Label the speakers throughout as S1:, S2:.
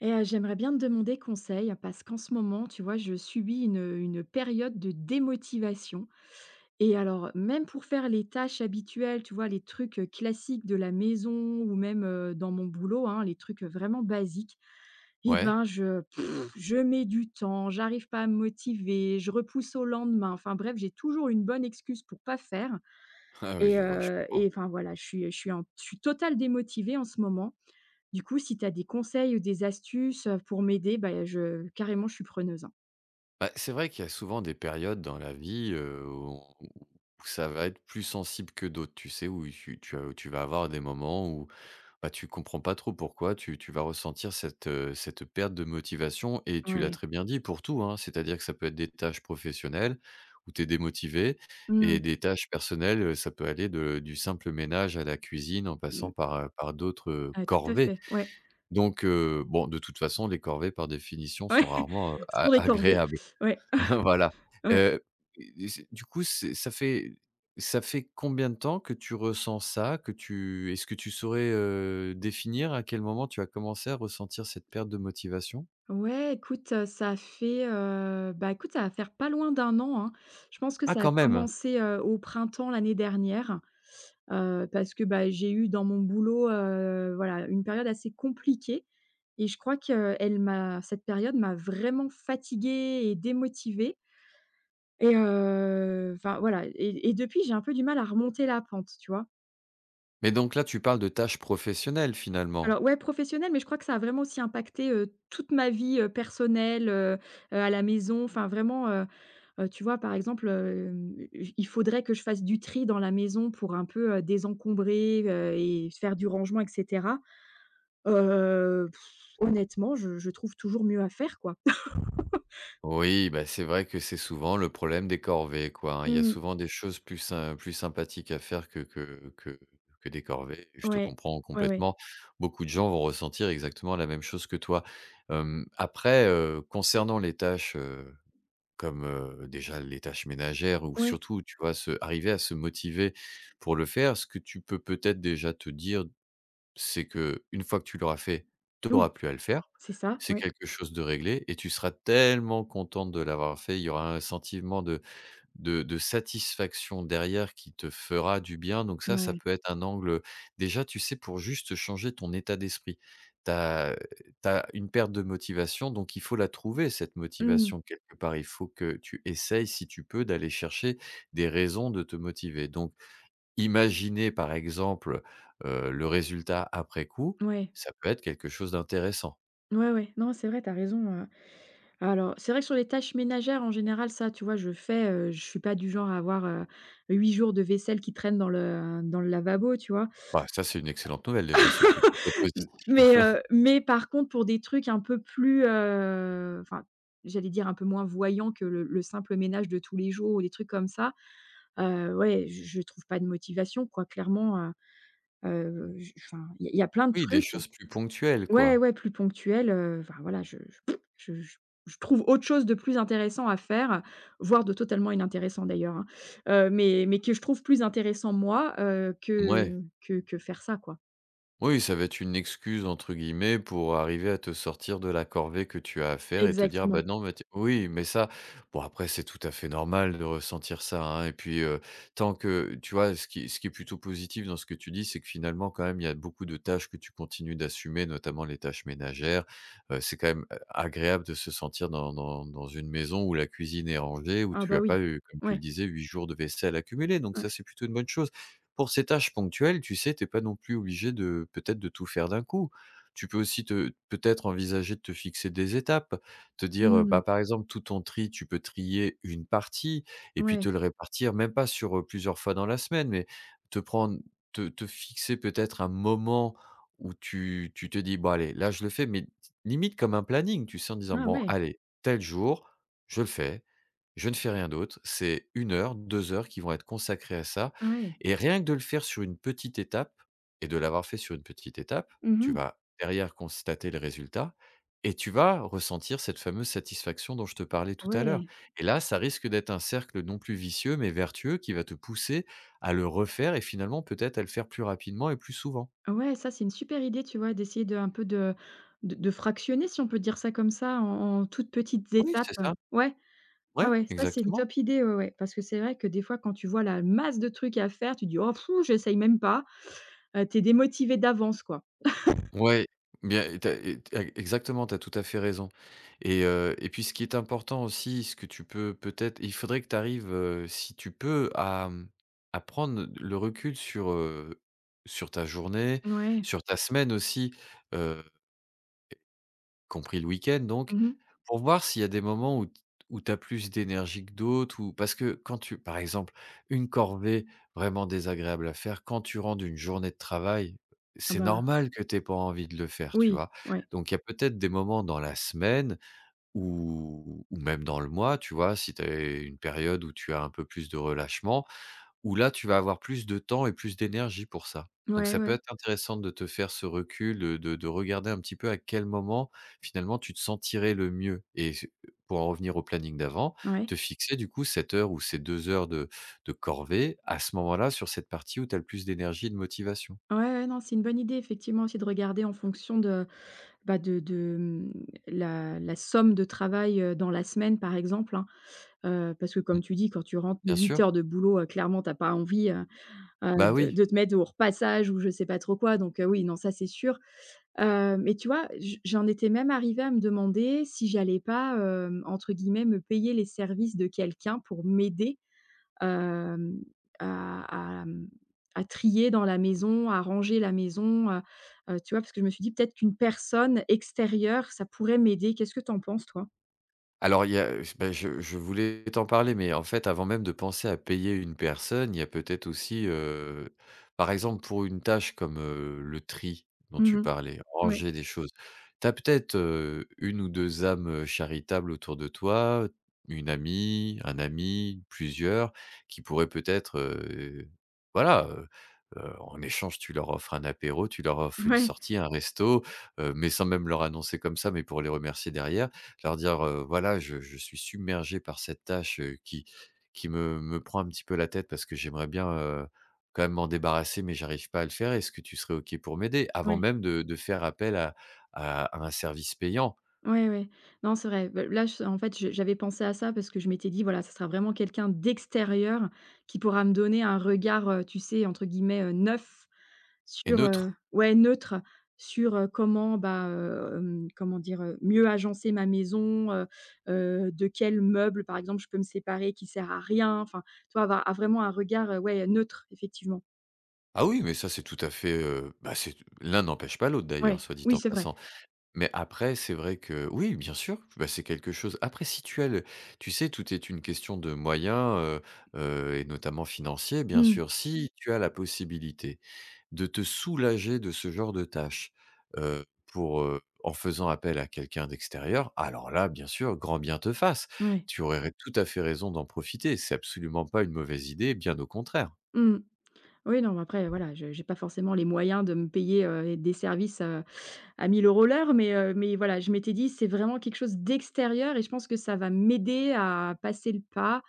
S1: Et j'aimerais bien te demander conseil parce qu'en ce moment, tu vois, je subis une période de démotivation et alors même pour faire les tâches habituelles, tu vois, les trucs, classiques de la maison ou même, dans mon boulot, hein, les trucs, vraiment basiques et
S2: Ouais.
S1: ben, je mets du temps, j'arrive pas à me motiver, je repousse au lendemain. Enfin bref, j'ai toujours une bonne excuse pour pas faire
S2: Ah oui,
S1: et
S2: je vois, je
S1: et
S2: comprends.
S1: enfin voilà, je suis totale démotivée en ce moment. Du coup, si tu as des conseils ou des astuces, pour m'aider, bah, je suis preneuse, hein.
S2: Bah, c'est vrai qu'il y a souvent des périodes dans la vie, où on où ça va être plus sensible que d'autres, tu sais? Où tu vas avoir des moments où, bah, tu comprends pas trop pourquoi tu vas ressentir cette, cette perte de motivation et tu l'as
S1: Ouais.
S2: très bien dit pour tout, hein. C'est-à-dire que ça peut être des tâches professionnelles où tu es démotivé et
S1: Mmh.
S2: des tâches personnelles, ça peut aller de du simple ménage à la cuisine en passant
S1: Mmh.
S2: par, d'autres,
S1: Ah, tout à
S2: corvées.
S1: fait, ouais,
S2: Donc bon, de toute façon, les corvées, par définition,
S1: ouais,
S2: sont rarement,
S1: ce sont
S2: a
S1: des corvées,
S2: agréables.
S1: ouais,
S2: Voilà,
S1: ouais.
S2: heu, et c'est du coup, c'est ça fait combien de temps que tu ressens ça? Que tu Est-ce que tu saurais, définir à quel moment tu as commencé à ressentir cette perte de motivation?
S1: Ouais, écoute, bah, écoute, ça va faire pas loin d'un an, hein. Je pense que
S2: Ah,
S1: ça a
S2: quand même!
S1: commencé, au printemps l'année dernière, parce que, bah, j'ai eu dans mon boulot, voilà, une période assez compliquée et je crois que elle m'a cette période m'a vraiment fatiguée et démotivée. Et enfin voilà et depuis, j'ai un peu du mal à remonter la pente, tu vois?
S2: Mais donc là, tu parles de tâches professionnelles, finalement?
S1: Alors ouais, professionnel, mais je crois que ça a vraiment aussi impacté, toute ma vie, personnelle, à la maison, enfin vraiment, tu vois, par exemple, hem, j il faudrait que je fasse du tri dans la maison pour un peu, désencombrer, et faire du rangement et cetera. Heu, Honnêtement, je trouve toujours mieux à faire, quoi.
S2: Oui, bah, c'est vrai que c'est souvent le problème des corvées, quoi, hein. Il y a
S1: Mmh.
S2: souvent des choses plus sympathiques à faire que des corvées. Je te
S1: Ouais.
S2: comprends
S1: Ouais, ouais.
S2: complètement. Beaucoup de gens vont ressentir exactement la même chose que toi. Après, concernant les tâches, comme, déjà les tâches ménagères ou
S1: Ouais.
S2: surtout, tu vois, se arriver à se motiver pour le faire, ce que tu peux peut-être déjà te dire, c'est que, une fois que tu l'auras fait, tu auras
S1: Oui,
S2: plus à le faire.
S1: c'est ça,
S2: C'est
S1: ouais.
S2: quelque chose de réglé et tu seras tellement contente de l'avoir fait. Il y aura un sentiment de satisfaction derrière qui te fera du bien. Donc ça
S1: Ouais.
S2: peut être un angle, déjà, tu sais, pour juste changer ton état d'esprit. Tu as Tu as une perte de motivation, donc il faut la trouver, cette
S1: Mmh.
S2: motivation, quelque part. Il faut que tu essayes, si tu peux, d'aller chercher des raisons de te motiver. Donc imaginer par exemple, le résultat après coup,
S1: Ouais.
S2: ça peut être quelque chose d'intéressant.
S1: Ouais, ouais, non, c'est vrai, t'as raison. Alors, c'est vrai que sur les tâches ménagères, en général, ça, tu vois, je suis pas du genre à avoir, 8 jours de vaisselle qui traîne dans le lavabo, tu vois?
S2: Bah, ça, c'est une excellente nouvelle déjà, c'est plutôt très
S1: M
S2: positif.
S1: mais, heu, mais par contre, pour des trucs un peu plus, enfin, j'allais dire un peu moins voyants que le simple ménage de tous les jours ou des trucs comme ça, ouais, je trouve pas de motivation, quoi, clairement, j enfin, il y a plein de
S2: Oui, des
S1: trucs.
S2: choses plus ponctuelles,
S1: Ouais,
S2: quoi.
S1: ouais, plus ponctuel, enfin voilà, je je je je trouve autre chose de plus intéressant à faire, voire de totalement inintéressant d'ailleurs, hein, mais que je trouve plus intéressant moi, heu, que
S2: Ouais.
S1: que que faire ça, quoi.
S2: Oui, ça va être une «excuse» entre guillemets pour arriver à te sortir de la corvée que tu as à faire et te dire: «Bah,
S1: Exactement.
S2: non, mais t» oui, mais ça, bon, après c'est tout à fait normal de ressentir ça, hein, et puis, tant que, tu vois, ce qui est plutôt positif dans ce que tu dis, c'est que finalement quand même il y a beaucoup de tâches que tu continues d'assumer, notamment les tâches ménagères. C'est quand même, agréable de se sentir dans une maison où la cuisine est rangée, où
S1: Ah
S2: tu
S1: bah
S2: as
S1: oui.
S2: pas eu, comme tu
S1: Ouais,
S2: le disais, 8 jours de vaisselle accumulée. Donc
S1: ouais.
S2: ça, c'est plutôt une bonne chose. Pour ces tâches ponctuelles, tu sais, t'es pas non plus obligé de peut-être de tout faire d'un coup. Tu peux aussi te peut-être envisager de te fixer des étapes, te dire,
S1: Mmh.
S2: bah, par exemple, tout ton tri, tu peux trier une partie et puis te
S1: Ouais.
S2: le répartir même pas sur, plusieurs fois dans la semaine, mais te prendre te te fixer peut-être un moment où tu te dis: «Bon allez, là je le fais», mais limite comme un planning, tu sais, en disant:
S1: Ah
S2: «Bon
S1: ouais,
S2: allez, tel jour, je le fais, je ne fais rien d'autre». C'est une heure, 2 heures qui vont être consacrées à ça,
S1: ah ouais.
S2: et rien que de le faire sur une petite étape et de l'avoir fait sur une petite étape,
S1: Mmh
S2: tu
S1: mh.
S2: vas derrière constater le résultat et tu vas ressentir cette fameuse satisfaction dont je te parlais tout à l'heure.
S1: Ouais.
S2: Et là, ça risque d'être un cercle non plus vicieux, mais vertueux, qui va te pousser à le refaire et finalement peut-être à le faire plus rapidement et plus souvent.
S1: Ah ouais, ça c'est une super idée, tu vois? D'essayer de un peu de fractionner, si on peut dire ça comme ça, en toutes petites
S2: Oui,
S1: étapes.
S2: c'est ça.
S1: Ouais. Ah
S2: Ouais,
S1: ouais, ça c'est une
S2: exactement.
S1: top idée, ouais, ouais, parce que c'est vrai que des fois quand tu vois la masse de trucs à faire, tu dis: «Oh pff, j'essaye même pas», tu démotivé d'avance, quoi.
S2: Ouais, bien et tu exactement, tu as tout à fait raison, et puis ce qui est important aussi, ce que tu peux peut-être il faudrait que tu arrives, si tu peux, à, mmh, à prendre le recul sur, ta journée,
S1: Ouais.
S2: sur ta semaine aussi, compris le week-end donc,
S1: Mmh mh.
S2: pour voir s'il y a des moments où tu as plus d'énergie que d'autres, ou parce que quand tu, par exemple, une corvée vraiment désagréable à faire, quand tu rentres d'une journée de travail,
S1: Ah
S2: c'est
S1: bah,
S2: normal que tu pas envie de le faire, tu
S1: oui,
S2: vois?
S1: ouais.
S2: Donc il y a peut-être des moments dans la semaine ou même dans le mois, tu vois? Si tu as une période où tu as un peu plus de relâchement, où là, tu vas avoir plus de temps et plus d'énergie pour ça. Donc
S1: Ouais,
S2: ça peut
S1: ouais,
S2: être intéressant de te faire ce recul, de regarder un petit peu à quel moment, finalement, tu te sentirais le mieux, et s pour en revenir au planning d'avant,
S1: ouais.
S2: te fixer du coup cette heure ou ces 2 heures de corvée à ce moment-là, sur cette partie où tu as le plus d'énergie et de motivation.
S1: Ouais, ouais, non, c'est une bonne idée effectivement aussi de regarder en fonction de, bah, de la somme de travail, dans la semaine par exemple, hein, parce que
S2: Mmh,
S1: comme tu dis, quand tu rentres de
S2: bien
S1: 8
S2: sûr.
S1: heures de boulot, clairement tu as pas envie,
S2: Bah
S1: de
S2: oui.
S1: de te mettre au repassage ou je sais pas trop quoi donc oui, non, ça c'est sûr. Mais tu vois, j'en étais même arrivée à me demander si j'allais pas, entre guillemets, «me payer les services» de quelqu'un pour m'aider, hem, à, mmh, à trier dans la maison, à ranger la maison, tu vois? Parce que je me suis dit: «Peut-être qu'une personne extérieure, ça pourrait m'aider». Qu'est-ce que t'en penses toi?
S2: Alors il y a, je bah, je voulais t'en parler, mais en fait, avant même de penser à payer une personne, il y a peut-être aussi, par exemple, pour une tâche comme, le tri dont tu
S1: Mmh.
S2: parlais,
S1: Ouais.
S2: ranger des choses. Tu as peut-être, une ou 2 âmes charitables autour de toi, une amie, un ami, plusieurs, qui pourraient peut-être, voilà, en échange, tu leur offres un apéro, tu leur offres une
S1: Ouais,
S2: sortie, un resto, mais sans même leur annoncer comme ça, mais pour les remercier derrière. De leur dire, «Voilà, je suis submergé par cette tâche, qui me prend un petit peu la tête parce que j'aimerais bien, quand même m'en débarrasser, mais j'arrive pas à le faire. Est-ce que tu serais OK pour m'aider?», avant
S1: ouais.
S2: même de faire appel à un service payant
S1: Ouais, ouais. Non, c'est vrai. Bah, là, je en fait, je j'avais pensé à ça parce que je m'étais dit: «Voilà, ça sera vraiment quelqu'un d'extérieur qui pourra me donner un regard, tu sais, entre guillemets, neuf»
S2: et
S1: sur,
S2: neutre.
S1: ouais, neutre, sur, comment, bah, comment dire? Mieux agencer ma maison, de quel meuble, par exemple, je peux me séparer qui sert à rien, enfin, toi avoir, ah, vraiment un regard, ouais, neutre, effectivement.
S2: Ah oui, mais ça, c'est tout à fait, bah, c'est l'un n'empêche pas l'autre d'ailleurs,
S1: Ouais,
S2: soit dit
S1: oui,
S2: en
S1: c'est vrai.
S2: passant. Mais après, c'est vrai que oui, bien sûr, bah, c'est quelque chose, après, si tu as le tu sais, tout est une question de moyens, heu et notamment financiers, bien
S1: Mmh,
S2: sûr. Mmh. Si tu as la possibilité de te soulager de ce genre de tâches, pour, en faisant appel à quelqu'un d'extérieur, alors là, bien sûr, grand bien te fasse.
S1: ouais.
S2: Tu aurais tout à fait raison d'en profiter. C'est absolument pas une mauvaise idée, bien au contraire.
S1: Mmh. Oui, non, après, voilà, je j'ai pas forcément les moyens de me payer, des services, à 1000 euros l'heure, mais voilà, je m'étais dit: «C'est vraiment quelque chose d'extérieur» et je pense que ça va m'aider à passer le pas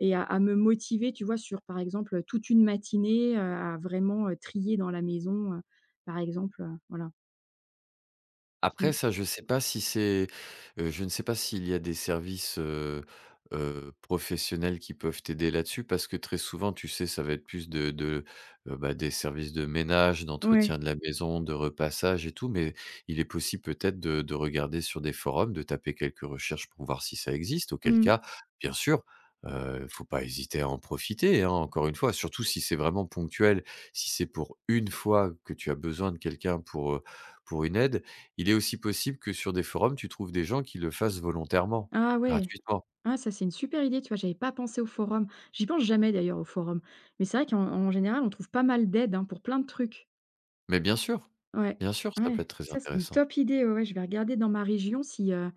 S1: et à me motiver, tu vois? Sur, par exemple, toute une matinée, à vraiment, trier dans la maison, par exemple, voilà.
S2: Après
S1: Mais
S2: ça, je sais pas si c'est, je ne sais pas s'il y a des services, professionnels qui peuvent t'aider là-dessus, parce que très souvent, tu sais, ça va être plus bah, des services de ménage,
S1: ouais,
S2: d'entretien de la maison, de repassage et tout, mais il est possible peut-être de regarder sur des forums, de taper quelques recherches pour voir si ça existe. Auquel
S1: mmh.
S2: cas, bien sûr, faut pas hésiter à en profiter, hein, encore une fois, surtout si c'est vraiment ponctuel, si c'est pour une fois que tu as besoin de quelqu'un pour une aide, il est aussi possible que sur des forums, tu trouves des gens qui le fassent volontairement,
S1: Ah ouais,
S2: gratuitement.
S1: ah ça, c'est une super idée, tu vois? J'avais pas pensé au forum. J'y pense jamais d'ailleurs au forum, mais c'est vrai qu'en en général, on trouve pas mal d'aide, hein, pour plein de trucs.
S2: Mais
S1: Ouais,
S2: bien sûr, ça peut
S1: ouais,
S2: être très
S1: ça c'est une
S2: intéressant.
S1: top idée, ouais, ouais, je vais regarder dans ma région si,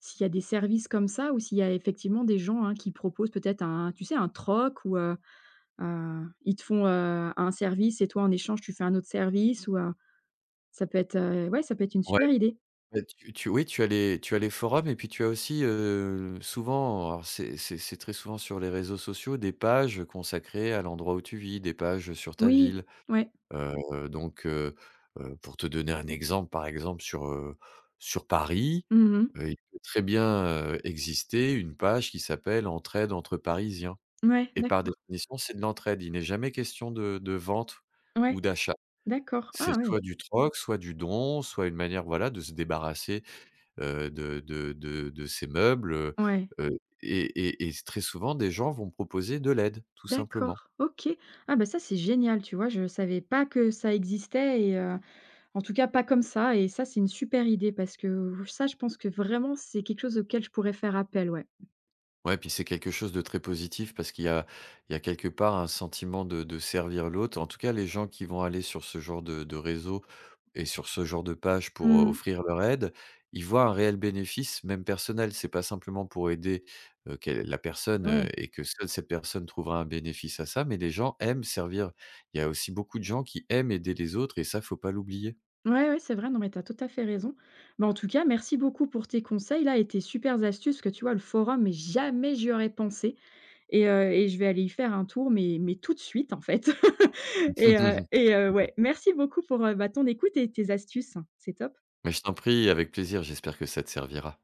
S1: s'il y a des services comme ça ou s'il y a effectivement des gens, hein, qui proposent peut-être un tu sais un troc ou, ils te font, un service et toi en échange tu fais un autre service ou, ça peut être, ouais ça peut être une
S2: Ouais,
S1: super idée.
S2: bah, tu tu oui, tu as les forums et puis tu as aussi, souvent, alors c'est très souvent sur les réseaux sociaux, des pages consacrées à l'endroit où tu vis, des pages sur ta
S1: Oui,
S2: ville.
S1: ouais.
S2: Donc pour te donner un exemple, par exemple sur, sur Paris,
S1: Mmh.
S2: il peut très bien, exister une page qui s'appelle «Entraide entre Parisiens».
S1: Ouais,
S2: Et par
S1: d'accord.
S2: définition, c'est de l'entraide. Il n'est jamais question de vente
S1: Ouais,
S2: ou d'achat.
S1: d'accord.
S2: C'est
S1: Ah ouais.
S2: soit du troc, soit du don, soit une manière, voilà, de se débarrasser, de ces meubles,
S1: Ouais,
S2: et très souvent, des gens vont proposer de l'aide, tout simplement.
S1: d'accord, OK. Ah bah, ça c'est génial, tu vois? Je savais pas que ça existait En tout cas, pas comme ça et ça, c'est une super idée parce que ça, je pense que vraiment, c'est quelque chose auquel je pourrais faire appel, ouais.
S2: Ouais, puis c'est quelque chose de très positif parce qu'il y a quelque part un sentiment de servir l'autre. En tout cas, les gens qui vont aller sur ce genre de réseau et sur ce genre de page pour
S1: Mmh.
S2: offrir leur aide, ils voient un réel bénéfice, même personnel. C'est pas simplement pour aider la personne,
S1: Ouais.
S2: et que seule cette personne trouvera un bénéfice à ça, mais les gens aiment servir. Il y a aussi beaucoup de gens qui aiment aider les autres et ça, faut pas l'oublier.
S1: Ouais, ouais, c'est vrai, non, mais tu as tout à fait raison. Bah, en tout cas, merci beaucoup pour tes conseils là et tes super astuces parce que tu vois, le forum, mais jamais j'y aurais pensé et je vais aller y faire un tour, mais tout de suite, en fait et heu et heu, ouais, merci beaucoup pour, bah, ton écoute et tes astuces. C'est top.
S2: Mais je t'en prie, avec plaisir. J'espère que ça te servira.